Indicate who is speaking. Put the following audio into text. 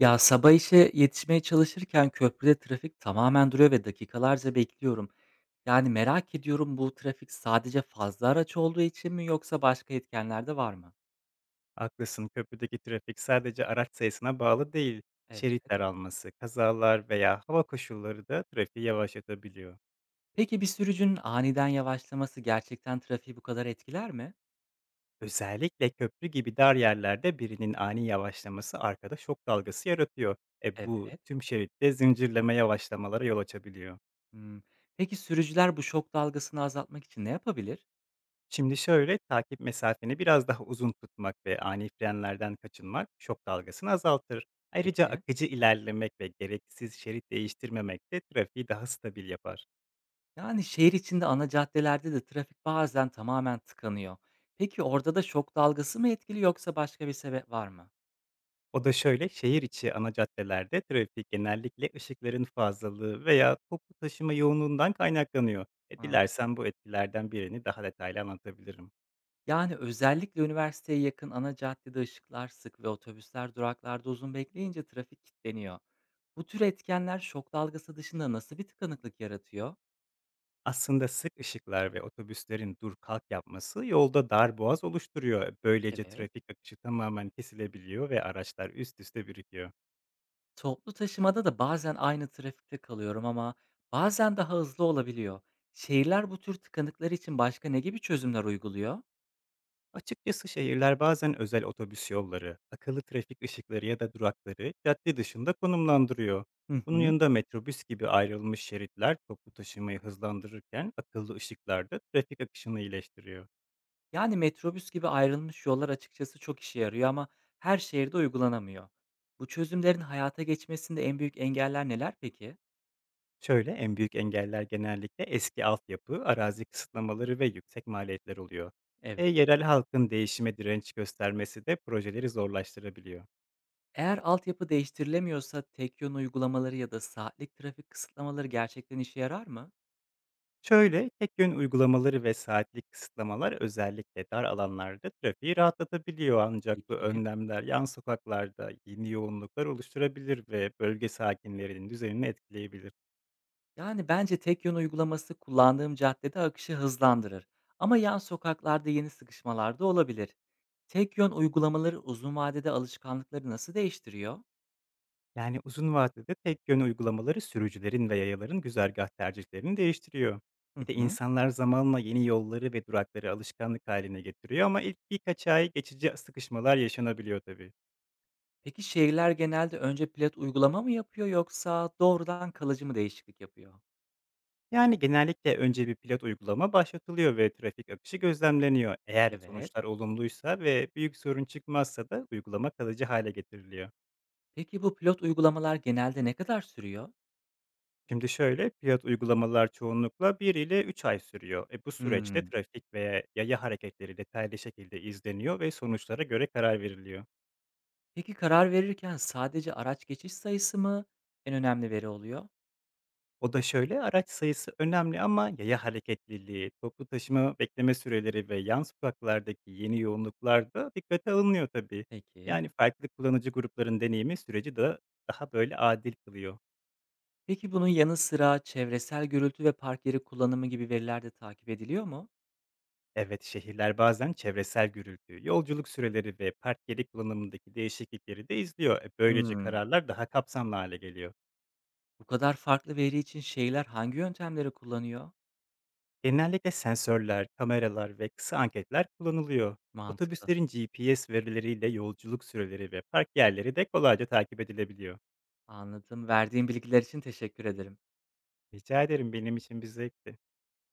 Speaker 1: Ya sabah işe yetişmeye çalışırken köprüde trafik tamamen duruyor ve dakikalarca bekliyorum. Yani merak ediyorum, bu trafik sadece fazla araç olduğu için mi yoksa başka etkenler de var mı?
Speaker 2: Haklısın, köprüdeki trafik sadece araç sayısına bağlı değil,
Speaker 1: Evet.
Speaker 2: şerit daralması, kazalar veya hava koşulları da trafiği yavaşlatabiliyor.
Speaker 1: Peki bir sürücünün aniden yavaşlaması gerçekten trafiği bu kadar etkiler mi?
Speaker 2: Özellikle köprü gibi dar yerlerde birinin ani yavaşlaması arkada şok dalgası yaratıyor. Bu
Speaker 1: Evet.
Speaker 2: tüm şeritte zincirleme yavaşlamalara yol açabiliyor.
Speaker 1: Hmm. Peki sürücüler bu şok dalgasını azaltmak için ne yapabilir?
Speaker 2: Şimdi şöyle, takip mesafeni biraz daha uzun tutmak ve ani frenlerden kaçınmak şok dalgasını azaltır. Ayrıca
Speaker 1: Peki.
Speaker 2: akıcı ilerlemek ve gereksiz şerit değiştirmemek de trafiği daha stabil yapar.
Speaker 1: Yani şehir içinde ana caddelerde de trafik bazen tamamen tıkanıyor. Peki orada da şok dalgası mı etkili yoksa başka bir sebep var mı?
Speaker 2: O da şöyle, şehir içi ana caddelerde trafik genellikle ışıkların fazlalığı veya toplu taşıma yoğunluğundan kaynaklanıyor. Dilersen bu etkilerden birini daha detaylı anlatabilirim.
Speaker 1: Yani, özellikle üniversiteye yakın ana caddede ışıklar sık ve otobüsler duraklarda uzun bekleyince trafik kilitleniyor. Bu tür etkenler şok dalgası dışında nasıl bir tıkanıklık yaratıyor?
Speaker 2: Aslında sık ışıklar ve otobüslerin dur kalk yapması yolda dar boğaz oluşturuyor. Böylece
Speaker 1: Evet.
Speaker 2: trafik akışı tamamen kesilebiliyor ve araçlar üst üste birikiyor.
Speaker 1: Toplu taşımada da bazen aynı trafikte kalıyorum ama bazen daha hızlı olabiliyor. Şehirler bu tür tıkanıklar için başka ne gibi çözümler uyguluyor?
Speaker 2: Açıkçası şehirler bazen özel otobüs yolları, akıllı trafik ışıkları ya da durakları cadde dışında konumlandırıyor.
Speaker 1: Hı
Speaker 2: Bunun
Speaker 1: hı.
Speaker 2: yanında metrobüs gibi ayrılmış şeritler toplu taşımayı hızlandırırken akıllı ışıklar da trafik akışını iyileştiriyor.
Speaker 1: Yani, metrobüs gibi ayrılmış yollar açıkçası çok işe yarıyor ama her şehirde uygulanamıyor. Bu çözümlerin hayata geçmesinde en büyük engeller neler peki?
Speaker 2: Şöyle, en büyük engeller genellikle eski altyapı, arazi kısıtlamaları ve yüksek maliyetler oluyor. Yerel halkın değişime direnç göstermesi de projeleri zorlaştırabiliyor.
Speaker 1: Eğer altyapı değiştirilemiyorsa tek yön uygulamaları ya da saatlik trafik kısıtlamaları gerçekten işe yarar mı?
Speaker 2: Şöyle, tek yön uygulamaları ve saatlik kısıtlamalar özellikle dar alanlarda trafiği rahatlatabiliyor, ancak bu
Speaker 1: Peki.
Speaker 2: önlemler yan sokaklarda yeni yoğunluklar oluşturabilir ve bölge sakinlerinin düzenini etkileyebilir.
Speaker 1: Yani bence tek yön uygulaması kullandığım caddede akışı hızlandırır. Ama yan sokaklarda yeni sıkışmalar da olabilir. Tek yön uygulamaları uzun vadede alışkanlıkları nasıl değiştiriyor?
Speaker 2: Yani uzun vadede tek yön uygulamaları sürücülerin ve yayaların güzergah tercihlerini değiştiriyor.
Speaker 1: Hı
Speaker 2: Bir de
Speaker 1: hı.
Speaker 2: insanlar zamanla yeni yolları ve durakları alışkanlık haline getiriyor, ama ilk birkaç ay geçici sıkışmalar yaşanabiliyor tabii.
Speaker 1: Peki şehirler genelde önce pilot uygulama mı yapıyor yoksa doğrudan kalıcı mı değişiklik yapıyor?
Speaker 2: Yani genellikle önce bir pilot uygulama başlatılıyor ve trafik akışı gözlemleniyor. Eğer
Speaker 1: Evet.
Speaker 2: sonuçlar olumluysa ve büyük sorun çıkmazsa da uygulama kalıcı hale getiriliyor.
Speaker 1: Peki bu pilot uygulamalar genelde ne kadar sürüyor?
Speaker 2: Şimdi şöyle, pilot uygulamalar çoğunlukla 1 ile 3 ay sürüyor. Bu süreçte
Speaker 1: Hmm.
Speaker 2: trafik veya yaya hareketleri detaylı şekilde izleniyor ve sonuçlara göre karar veriliyor.
Speaker 1: Peki karar verirken sadece araç geçiş sayısı mı en önemli veri oluyor?
Speaker 2: O da şöyle, araç sayısı önemli ama yaya hareketliliği, toplu taşıma bekleme süreleri ve yan sokaklardaki yeni yoğunluklar da dikkate alınıyor tabii.
Speaker 1: Peki.
Speaker 2: Yani farklı kullanıcı grupların deneyimi süreci de daha böyle adil kılıyor.
Speaker 1: Peki bunun yanı sıra çevresel gürültü ve park yeri kullanımı gibi veriler de takip ediliyor mu?
Speaker 2: Evet, şehirler bazen çevresel gürültü, yolculuk süreleri ve park yeri kullanımındaki değişiklikleri de izliyor. Böylece
Speaker 1: Hmm.
Speaker 2: kararlar daha kapsamlı hale geliyor.
Speaker 1: Bu kadar farklı veri için şehirler hangi yöntemleri kullanıyor?
Speaker 2: Genellikle sensörler, kameralar ve kısa anketler kullanılıyor.
Speaker 1: Mantıklı.
Speaker 2: Otobüslerin GPS verileriyle yolculuk süreleri ve park yerleri de kolayca takip edilebiliyor.
Speaker 1: Anladım. Verdiğin bilgiler için teşekkür ederim.
Speaker 2: Rica ederim, benim için bir zevkti.